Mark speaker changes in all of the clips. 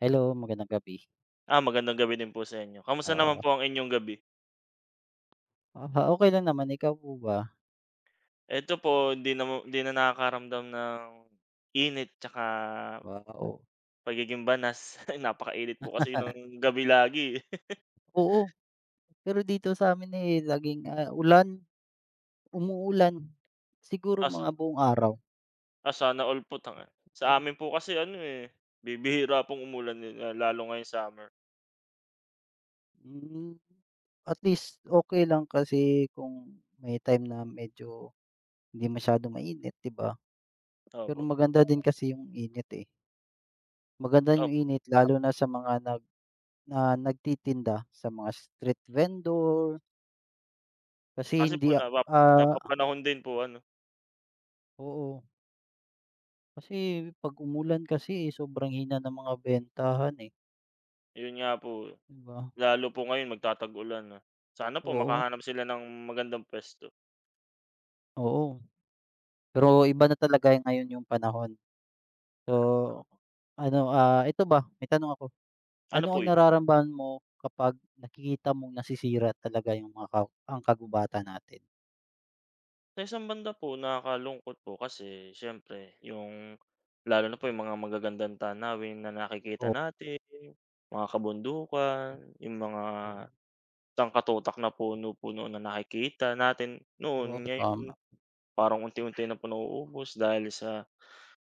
Speaker 1: Hello, magandang gabi.
Speaker 2: Ah, magandang gabi din po sa inyo. Kamusta naman
Speaker 1: Oo,
Speaker 2: po ang inyong gabi?
Speaker 1: okay lang naman, ikaw po ba?
Speaker 2: Eto po hindi na nakakaramdam ng init tsaka
Speaker 1: Wow,
Speaker 2: pagiging banas. Napakainit po kasi ng gabi lagi,
Speaker 1: oo, pero dito sa amin eh, laging, ulan, umuulan, siguro
Speaker 2: as
Speaker 1: mga buong araw.
Speaker 2: Asa ah, all po tanga sa
Speaker 1: Oo,
Speaker 2: amin po kasi ano, eh, bibihira pong umulan, eh, ah, lalo ngayong summer.
Speaker 1: hmm, at least okay lang kasi kung may time na medyo hindi masyadong mainit, 'di ba? Pero
Speaker 2: Opo,
Speaker 1: maganda din kasi yung init, eh, maganda yung
Speaker 2: opo.
Speaker 1: init lalo na sa mga nagtitinda, sa mga street vendor kasi
Speaker 2: Kasi po
Speaker 1: hindi,
Speaker 2: napa
Speaker 1: ah,
Speaker 2: napapanahon din po ano,
Speaker 1: oo. Kasi 'pag umulan kasi, eh, sobrang hina ng mga bentahan, eh,
Speaker 2: yun nga po,
Speaker 1: 'di ba?
Speaker 2: lalo po ngayon magtatag-ulan na. Sana po
Speaker 1: Oo,
Speaker 2: makahanap sila ng magandang puwesto.
Speaker 1: oo. Pero iba na talaga ngayon yung panahon. So, ano, ito ba, may tanong ako.
Speaker 2: Ano
Speaker 1: Ano
Speaker 2: po
Speaker 1: ang
Speaker 2: yun?
Speaker 1: nararamdaman mo kapag nakikita mong nasisira talaga yung mga ang kagubatan natin?
Speaker 2: Sa isang banda po nakakalungkot po kasi siyempre yung lalo na po yung mga magagandang tanawin na nakikita
Speaker 1: Oo,
Speaker 2: natin, mga kabundukan, yung mga sangkatutak na puno-puno na nakikita natin noon,
Speaker 1: oo,
Speaker 2: ngayon
Speaker 1: tama.
Speaker 2: parang unti-unti na po nauubos dahil sa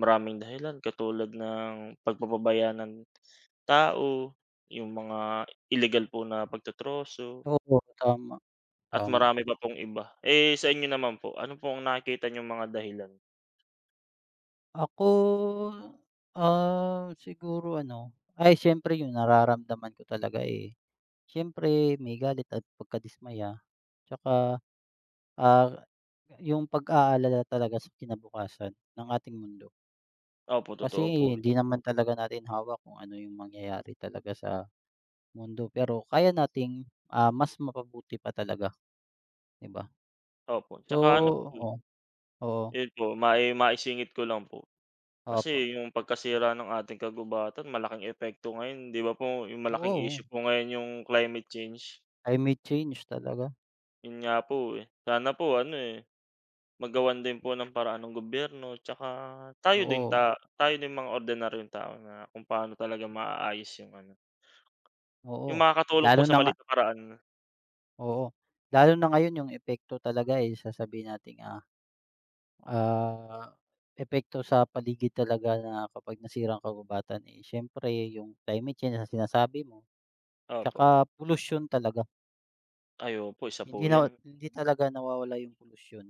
Speaker 2: maraming dahilan katulad ng pagpapabaya ng tao, yung mga illegal po na pagtotroso
Speaker 1: Oo, tama,
Speaker 2: at
Speaker 1: tama.
Speaker 2: marami pa pong iba. Eh, sa inyo naman po, ano po ang nakikita yung mga dahilan?
Speaker 1: Ako, siguro ano ay siyempre yung nararamdaman ko talaga, eh. Siyempre may galit at pagkadismaya, tsaka, ah, yung pag-aalala talaga sa kinabukasan ng ating mundo.
Speaker 2: Opo, totoo po.
Speaker 1: Kasi hindi naman talaga natin hawak kung ano yung mangyayari talaga sa mundo, pero kaya nating, mas mapabuti pa talaga, 'di ba?
Speaker 2: Opo,
Speaker 1: So
Speaker 2: 'tsaka ano po, eh,
Speaker 1: oo, oo,
Speaker 2: yun po maisingit ko lang po, kasi
Speaker 1: opo.
Speaker 2: yung pagkasira ng ating kagubatan malaking epekto ngayon, 'di ba po, yung malaking
Speaker 1: Oo,
Speaker 2: issue po ngayon yung climate change.
Speaker 1: climate change talaga,
Speaker 2: Yun nga po, eh, sana po ano, eh, magawan din po ng paraan ng gobyerno 'tsaka tayo din
Speaker 1: oo,
Speaker 2: ta tayo din mga ordinaryong tao na kung paano talaga maaayos yung ano,
Speaker 1: oo.
Speaker 2: yung makakatulong po
Speaker 1: Lalo
Speaker 2: sa
Speaker 1: na nga
Speaker 2: maliit na paraan.
Speaker 1: oo, lalo na ngayon yung epekto talaga, eh, sasabihin nating, Ah, epekto sa paligid talaga na kapag nasira ang kagubatan, eh, siyempre yung climate change na sinasabi mo,
Speaker 2: Opo,
Speaker 1: tsaka pollution talaga.
Speaker 2: ay opo isa po
Speaker 1: Hindi
Speaker 2: 'yan.
Speaker 1: hindi talaga nawawala yung pollution.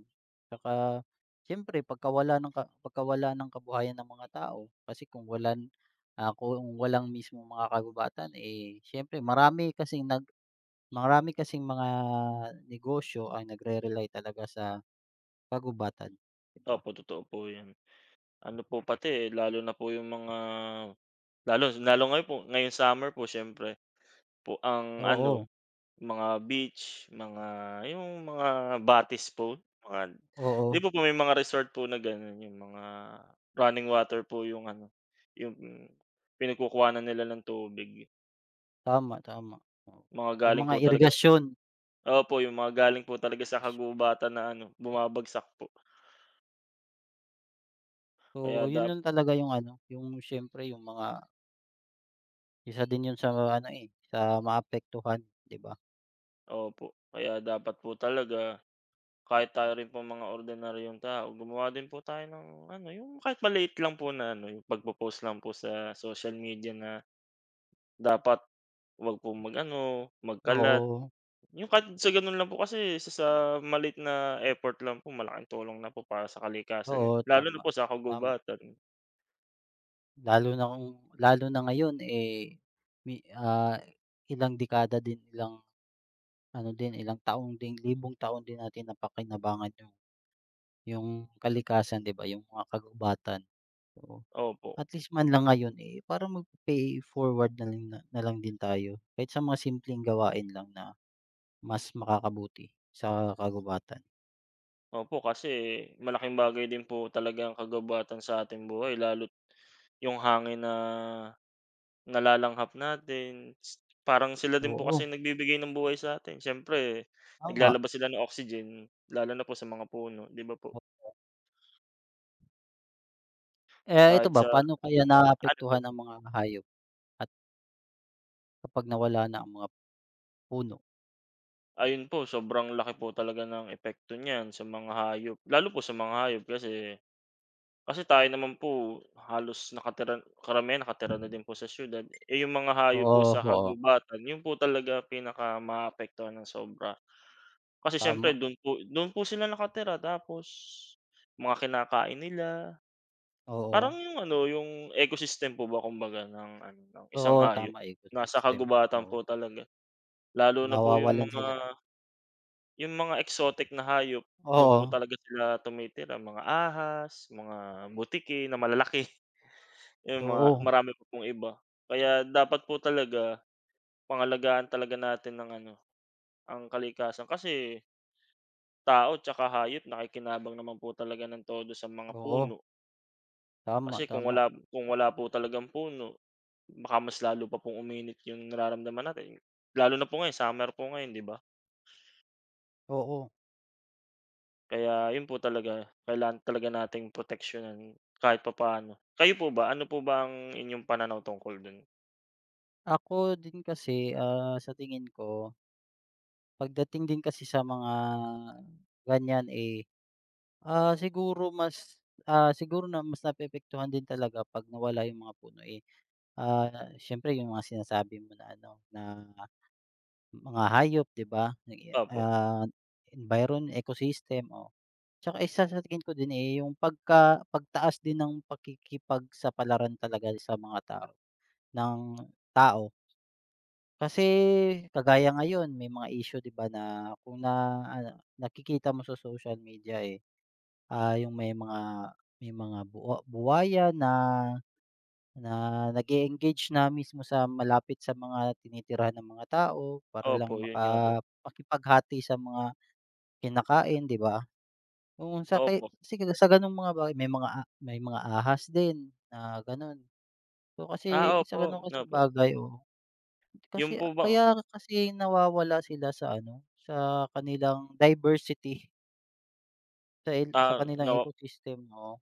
Speaker 1: Tsaka siyempre pagkawala ng kabuhayan ng mga tao kasi kung walan kung walang mismo mga kagubatan, eh, siyempre marami kasing mga negosyo ang nagre-rely talaga sa kagubatan, 'di ba?
Speaker 2: Opo, totoo po 'yan. Ano po pati, eh, lalo na po yung mga Lalo lalo ngayon po ngayong summer po siyempre po ang ano,
Speaker 1: Oo,
Speaker 2: mga beach, mga yung mga Batis po, mga 'di
Speaker 1: oo.
Speaker 2: po po may mga resort po na gano'n, yung mga running water po yung ano, yung pinagkukuhanan nila ng tubig,
Speaker 1: Tama, tama, oo.
Speaker 2: mga
Speaker 1: Yung
Speaker 2: galing po
Speaker 1: mga
Speaker 2: talaga sa
Speaker 1: irigasyon.
Speaker 2: opo, yung mga galing po talaga sa kagubatan na ano, bumabagsak po.
Speaker 1: So,
Speaker 2: Kaya
Speaker 1: yun
Speaker 2: dap
Speaker 1: lang talaga yung ano, yung siyempre yung mga isa din yun sa ano, eh, sa maapektuhan, 'di ba?
Speaker 2: Opo, kaya dapat po talaga. Kahit tayo rin po mga ordinaryong tao gumawa din po tayo ng ano, yung kahit maliit lang po na ano, yung pagpo-post lang po sa social media na dapat wag po mag-ano, magkalat.
Speaker 1: Oo,
Speaker 2: Yung kahit sa ganun lang po kasi isa sa maliit na effort lang po malaking tulong na po para sa kalikasan, eh,
Speaker 1: oo,
Speaker 2: lalo na
Speaker 1: tama,
Speaker 2: po sa
Speaker 1: tama.
Speaker 2: kagubatan.
Speaker 1: Lalo na kung lalo na ngayon, eh, mi ah, ilang dekada din, ilang ano din, ilang taong din, libong taon din natin napakinabangan yung kalikasan, 'di ba, yung mga kagubatan. Oo.
Speaker 2: Opo,
Speaker 1: At least man lang ngayon, eh, parang mag-pay forward na lang na na lang din tayo kahit sa mga simpleng gawain lang na mas makakabuti sa kagubatan.
Speaker 2: opo kasi malaking bagay din po talaga ang kagubatan sa ating buhay, lalo yung hangin na nalalanghap natin, parang sila din po
Speaker 1: Oo,
Speaker 2: kasi nagbibigay ng buhay sa atin. Siyempre
Speaker 1: tama.
Speaker 2: naglalabas sila ng oxygen, lalo na po sa mga puno, 'di ba po?
Speaker 1: Eh, ito
Speaker 2: Kahit
Speaker 1: ba,
Speaker 2: sa
Speaker 1: paano kaya
Speaker 2: ano po,
Speaker 1: naapektuhan ang mga hayop at kapag nawala na ang mga puno?
Speaker 2: ayun po sobrang laki po talaga ng epekto niyan sa mga hayop, lalo po sa mga hayop kasi kasi tayo naman po halos nakatira karamihan nakatira na din po sa siyudad, eh, yung mga hayop po
Speaker 1: Oo,
Speaker 2: sa
Speaker 1: oo,
Speaker 2: kagubatan yun po talaga pinaka maapektuhan ng sobra. Kasi siyempre
Speaker 1: tama,
Speaker 2: don po sila nakatira tapos mga kinakain nila, parang
Speaker 1: oo.
Speaker 2: yung ano, yung ecosystem po ba kumbaga ng ano, ng isang
Speaker 1: Oo,
Speaker 2: hayop,
Speaker 1: tama,
Speaker 2: nasa
Speaker 1: ecosystem,
Speaker 2: kagubatan
Speaker 1: oo.
Speaker 2: po talaga. Lalo na po yung
Speaker 1: Nawawalan sila ng
Speaker 2: mga exotic na hayop, don
Speaker 1: oo,
Speaker 2: po talaga sila tumitira, mga ahas, mga butiki na malalaki, yung mga
Speaker 1: oo,
Speaker 2: marami pa pong iba. Kaya dapat po talaga pangalagaan talaga natin ang ano, ang kalikasan kasi tao tsaka hayop nakikinabang naman po talaga ng todo sa mga
Speaker 1: oo,
Speaker 2: puno.
Speaker 1: tama,
Speaker 2: Kasi kung
Speaker 1: tama,
Speaker 2: wala kung wala po talagang puno, baka mas lalo pa pong uminit yung nararamdaman natin. Lalo na po ngayon, summer po ngayon, 'di ba?
Speaker 1: oo.
Speaker 2: Kaya yun po talaga, kailangan talaga nating proteksiyonan kahit papaano. Kayo po ba, ano po ba ang inyong pananaw tungkol dun?
Speaker 1: Ako din kasi, sa tingin ko pagdating din kasi sa mga ganyan, eh, siguro mas, siguro na mas naapektuhan din talaga 'pag nawala yung mga puno, eh, siyempre yung mga sinasabi mo na ano, na mga hayop 'di ba? Nag-
Speaker 2: Opo,
Speaker 1: Ah, environment, ecosystem, o, tsaka isa sa tingin ko din, eh, yung pagtaas din ng pakikipagsapalaran talaga sa mga tao ng tao. Kasi kagaya ngayon may mga issue 'di ba na kung na ano, nakikita mo sa social media, eh, yung may mga buwaya na na nag-e-engage na mismo sa malapit sa mga tinitirahan ng mga tao para
Speaker 2: opo,
Speaker 1: lang
Speaker 2: yun nga po.
Speaker 1: makipaghati sa mga kinakain 'di ba? Oo, sa
Speaker 2: Opo.
Speaker 1: kasi sa gano'ng mga bagay may mga may mga ahas din na gano'n. So, kasi
Speaker 2: Ah,
Speaker 1: sa
Speaker 2: opo,
Speaker 1: gano'n kasing
Speaker 2: opo.
Speaker 1: bagay, oo.
Speaker 2: Yun
Speaker 1: Kasi
Speaker 2: po ba
Speaker 1: kaya kasi nawawala sila sa ano, sa kanilang diversity sa sa
Speaker 2: ah,
Speaker 1: kanilang
Speaker 2: nawa
Speaker 1: ecosystem, oo.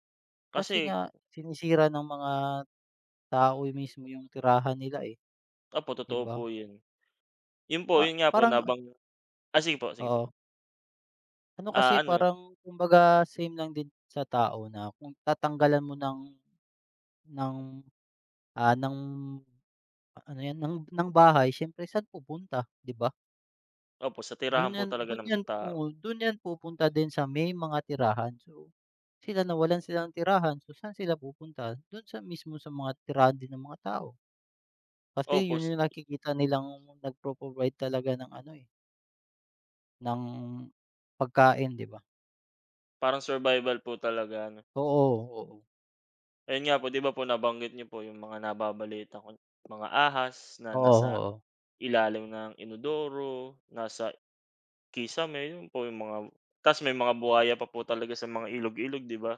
Speaker 1: Kasi
Speaker 2: kasi
Speaker 1: nga sinisira ng mga tao mismo yung tirahan nila, eh,
Speaker 2: opo,
Speaker 1: 'di
Speaker 2: totoo
Speaker 1: ba?
Speaker 2: po yun. Yun po,
Speaker 1: Pa
Speaker 2: yun nga po
Speaker 1: parang
Speaker 2: nabang ah, sige po, sige po.
Speaker 1: oo, ano kasi
Speaker 2: Ah, ano
Speaker 1: parang kumbaga same lang din sa tao na kung tatanggalan mo ng ng, ah, ng ano 'yan, ng bahay siyempre saan pupunta, 'di ba?
Speaker 2: Opo, sa
Speaker 1: Dun
Speaker 2: tirahan po
Speaker 1: yan
Speaker 2: talaga
Speaker 1: dun
Speaker 2: ng
Speaker 1: yan po
Speaker 2: tao.
Speaker 1: dun yan pupunta din sa may mga tirahan. So, sila nawalan sila ng tirahan, so saan sila pupunta? Dun sa mismo sa mga tirahan din ng mga tao. Kasi
Speaker 2: Opo,
Speaker 1: yun
Speaker 2: s
Speaker 1: yung nakikita nilang nagpo-provide talaga ng ano, eh, ng pagkain, 'di ba?
Speaker 2: parang survival po talaga ano.
Speaker 1: Oo, oo.
Speaker 2: Ayun nga po, 'di ba po nabanggit niyo po yung mga nababalita ko, mga ahas na
Speaker 1: Oo,
Speaker 2: nasa
Speaker 1: oo.
Speaker 2: ilalim ng inodoro, nasa kisame, yun po yung mga ta's may mga buhaya pa po talaga sa mga ilog-ilog, 'di ba?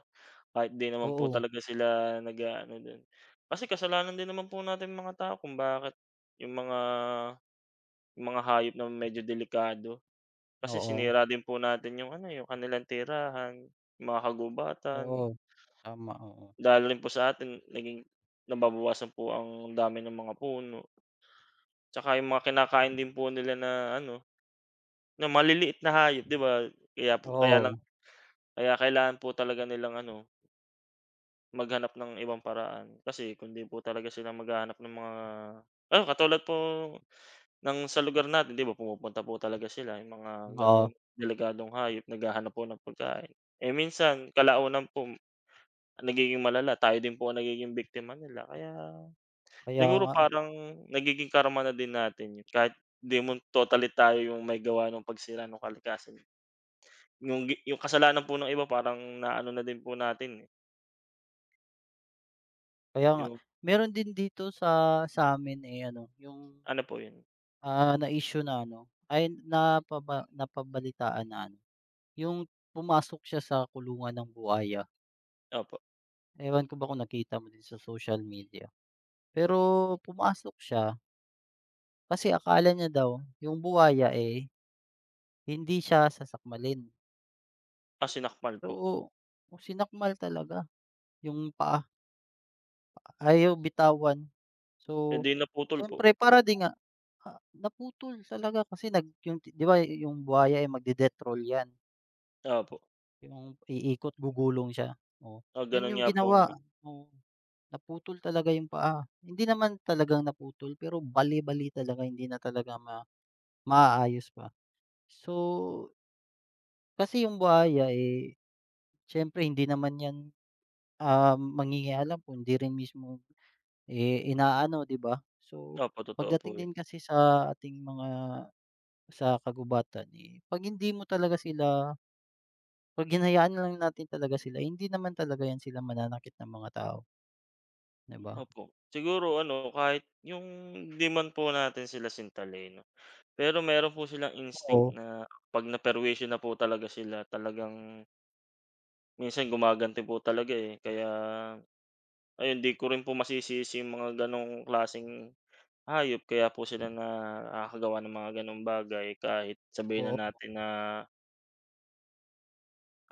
Speaker 2: Kahit 'di naman po
Speaker 1: Oo,
Speaker 2: talaga sila nag ano dun. Kasi kasalanan din naman po natin mga tao kung bakit yung mga hayop na medyo delikado. Kasi
Speaker 1: oo.
Speaker 2: sinira din po natin yung ano, yung kanilang tirahan, mga
Speaker 1: Oo.
Speaker 2: kagubatan,
Speaker 1: Tama, oo.
Speaker 2: dahil rin po sa atin naging nababawasan po ang dami ng mga puno. Tsaka yung mga kinakain din po nila na ano, na maliliit na hayop, 'di ba? Kaya po kaya lang
Speaker 1: Oo,
Speaker 2: kaya kailangan po talaga nilang ano, maghanap ng ibang paraan kasi kundi po talaga sila maghahanap ng mga ano katulad po ng sa lugar natin, 'di ba pumupunta po talaga sila yung mga gano'ng
Speaker 1: oo.
Speaker 2: delegadong hayop naghahanap po ng pagkain. Eh, minsan kalaunan po nagiging malala tayo din po ang nagiging biktima nila kaya
Speaker 1: Kaya
Speaker 2: siguro
Speaker 1: nga, eh.
Speaker 2: parang nagiging karma na din natin yun kahit 'di mo totally tayo yung may gawa nung pagsira nung kalikasan. Yung kasalanan po ng iba parang naano na din po natin, eh,
Speaker 1: Kaya nga.
Speaker 2: yung
Speaker 1: Meron din dito sa sa'min, eh, ano, yung
Speaker 2: ano po yun?
Speaker 1: Na-issue na ano, ay napabalitaan na ano, yung pumasok siya sa kulungan ng buwaya.
Speaker 2: Opo,
Speaker 1: Ewan ko ba kung nakita mo din sa social media. Pero pumasok siya kasi akala niya daw yung buwaya, eh, hindi siya sasakmalin.
Speaker 2: ah, sinakmal
Speaker 1: So,
Speaker 2: po,
Speaker 1: oh, sinakmal talaga yung paa, ayaw bitawan.
Speaker 2: eh,
Speaker 1: So,
Speaker 2: 'di naputol po.
Speaker 1: siyempre para din nga, naputol talaga kasi nag yung 'di ba yung buwaya, ay magde-death roll yan.
Speaker 2: Opo,
Speaker 1: Yung iikot, gugulong siya, oh.
Speaker 2: ah,
Speaker 1: Yun
Speaker 2: gano'n
Speaker 1: yung
Speaker 2: nga po ang ano
Speaker 1: ginawa, oo. Naputol talaga yung paa. Hindi naman talagang naputol pero bali-bali talaga hindi na talaga ma maaayos pa. So, kasi yung buhaya, eh, siyempre hindi naman 'yan, mangingialam kung hindi rin mismo, eh, inaano, 'di ba? So,
Speaker 2: opo, totoo po
Speaker 1: pagdating
Speaker 2: yun.
Speaker 1: din kasi sa ating mga sa kagubatan, eh, 'pag hindi mo talaga sila 'pag hinayaan lang natin talaga sila, hindi naman talaga 'yan sila mananakit ng mga tao. 'Di ba?
Speaker 2: Opo. Siguro ano, kahit yung di man po natin sila sintalin 'no, pero meron po silang instinct
Speaker 1: Oo,
Speaker 2: na 'pag naperwisyo na po talaga sila talagang minsan gumaganti po talaga, eh. Kaya ayun, di ko rin po masisisi yung mga gano'ng klaseng hayop kaya po sila nakakagawa ng mga gano'ng bagay kahit sabihin na
Speaker 1: oo,
Speaker 2: natin na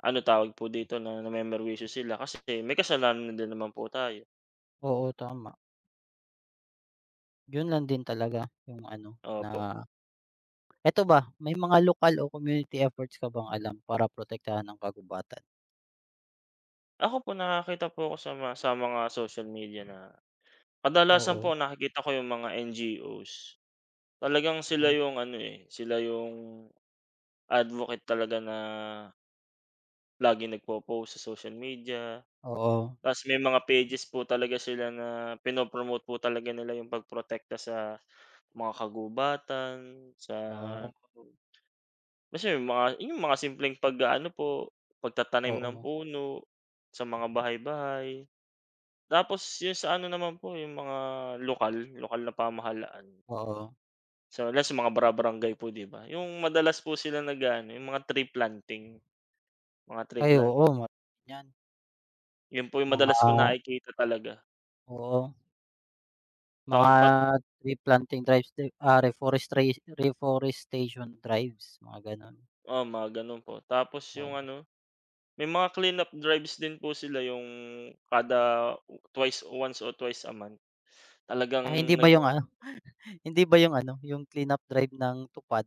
Speaker 2: ano, tawag po dito, na namemerwisyo sila kasi may kasalanan din naman po tayo.
Speaker 1: oo, tama. 'Yun lang din talaga yung ano na
Speaker 2: Opo.
Speaker 1: eto ba may mga lokal o community efforts ka bang alam para protektahan ang kagubatan?
Speaker 2: Ako po nakakita po ako sa sa mga social media na kadalasan po
Speaker 1: Oo,
Speaker 2: nakikita ko yung mga NGOs, talagang sila yung
Speaker 1: hmm,
Speaker 2: ano, eh, sila yung advocate talaga na laging nagpo-post sa social media.
Speaker 1: oo,
Speaker 2: Ta's may mga pages po talaga sila na pino-promote po talaga nila yung pagprotekta sa mga kagubatan, sa
Speaker 1: wow,
Speaker 2: basta yung mga simpleng pag-aano po, pagtatanim ng
Speaker 1: oo,
Speaker 2: puno sa mga bahay-bahay. Tapos yung sa ano naman po, yung mga lokal na pamahalaan.
Speaker 1: oo.
Speaker 2: So, last mga bara-barangay po, 'di ba? Yung madalas po sila nag-aano, yung mga tree planting, mga tree
Speaker 1: Ay
Speaker 2: plant
Speaker 1: oo, marami niyan
Speaker 2: yun po yung
Speaker 1: mga
Speaker 2: madalas kong nakikita talaga.
Speaker 1: oo,
Speaker 2: Taon
Speaker 1: mga
Speaker 2: pat
Speaker 1: tree planting drives din, reforestation drives mga gano'n,
Speaker 2: oo, mga gano'n po. Tapos
Speaker 1: oo.
Speaker 2: yung ano, may mga cleanup drives din po sila, yung kada twice once o twice a month.
Speaker 1: Ah, hindi
Speaker 2: Talagang
Speaker 1: ba
Speaker 2: nag
Speaker 1: yung ano, hindi ba yung ano, yung cleanup drive ng Tupad?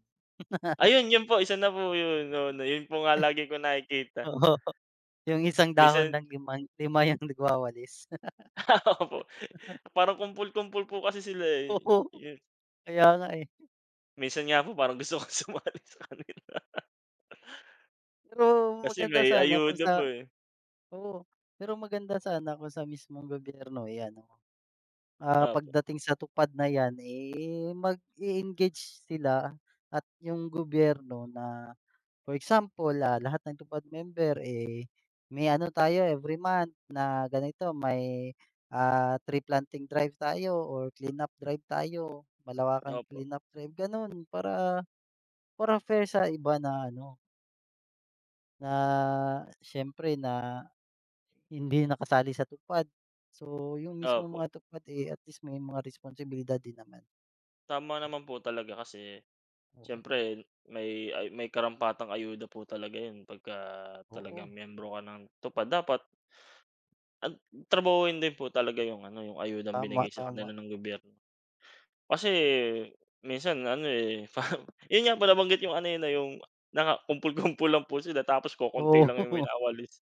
Speaker 2: ayun, yun po, isa na po yun, oo, na yun po nga lagi kong nakikita.
Speaker 1: Oo. Yung isang dahon
Speaker 2: Minsan
Speaker 1: lang limang lima yung nagwawalis.
Speaker 2: opo, parang kumpol-kumpol po kasi sila, eh,
Speaker 1: Oo,
Speaker 2: yun.
Speaker 1: kaya nga, eh.
Speaker 2: Minsan nga po parang gusto kong sumali sa kanila
Speaker 1: Pero
Speaker 2: kasi
Speaker 1: maganda
Speaker 2: may
Speaker 1: sana kung
Speaker 2: ayuda
Speaker 1: sa
Speaker 2: po, eh.
Speaker 1: oo, pero maganda sana kung sa mismong gobyerno eh, ano,
Speaker 2: Opo,
Speaker 1: pagdating sa tupad na yan, eh, mag-e-engage sila at yung gobyerno na for example, lahat ng tupad member, eh, may ano tayo every month na ganito may, tree planting drive tayo or clean up drive tayo, malawakang
Speaker 2: opo,
Speaker 1: clean up drive, gano'n. Para para fair sa iba na ano, na siyempre na hindi nakasali sa TUPAD. So, yung mismong
Speaker 2: opo.
Speaker 1: mga TUPAD, eh, at least may mga responsibilidad din naman.
Speaker 2: Tama naman po talaga kasi
Speaker 1: Oo,
Speaker 2: siyempre may may karampatang ayuda po talaga 'yun pagka
Speaker 1: oo,
Speaker 2: talagang miyembro ka ng TUPAD. Dapat at trabahuhin din po talaga yung ano, yung ayudang
Speaker 1: tama,
Speaker 2: binigay sa
Speaker 1: tama.
Speaker 2: kanila ng gobyerno. Kasi minsan ano, eh, parang 'yun nga po nabanggit yung kanina, yung nakakumpul-kumpul lang po sila tapos kokonti
Speaker 1: Oo,
Speaker 2: lang yung winawalis.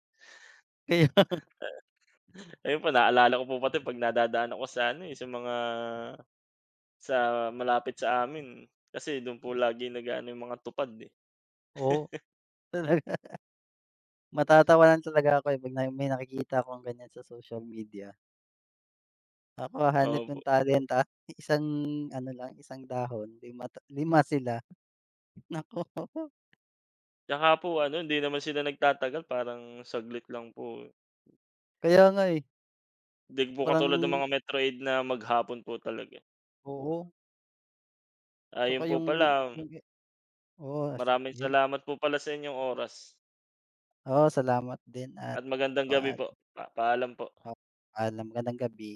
Speaker 1: kaya
Speaker 2: Ayun po naalala ko po pati 'pag nadadaan ako sa ano, eh, sa mga sa malapit sa amin, kasi do'n po lagi nag-aano yung mga tupad, eh,
Speaker 1: oo, talaga matatawanan talaga ako, eh, 'pag na may nakikita akong ganyan sa social media. Ako hahanap
Speaker 2: opo.
Speaker 1: ng talent, isang ano lang, isang dahon, lima sila, naku.
Speaker 2: 'Tsaka po ano hindi naman sila nagtatagal parang saglit lang po,
Speaker 1: Kaya nga, eh,
Speaker 2: 'di po
Speaker 1: parang
Speaker 2: katulad ng mga Metro 8 na maghapon po talaga.
Speaker 1: oo,
Speaker 2: Ayun
Speaker 1: 'tsaka
Speaker 2: po
Speaker 1: yung
Speaker 2: pala,
Speaker 1: yung Oo, as
Speaker 2: maraming
Speaker 1: yun.
Speaker 2: salamat po pala sa inyong oras
Speaker 1: Oo, salamat din at
Speaker 2: at magandang gabi
Speaker 1: paalam.
Speaker 2: po. Paalam po.
Speaker 1: Paalam, magandang gabi.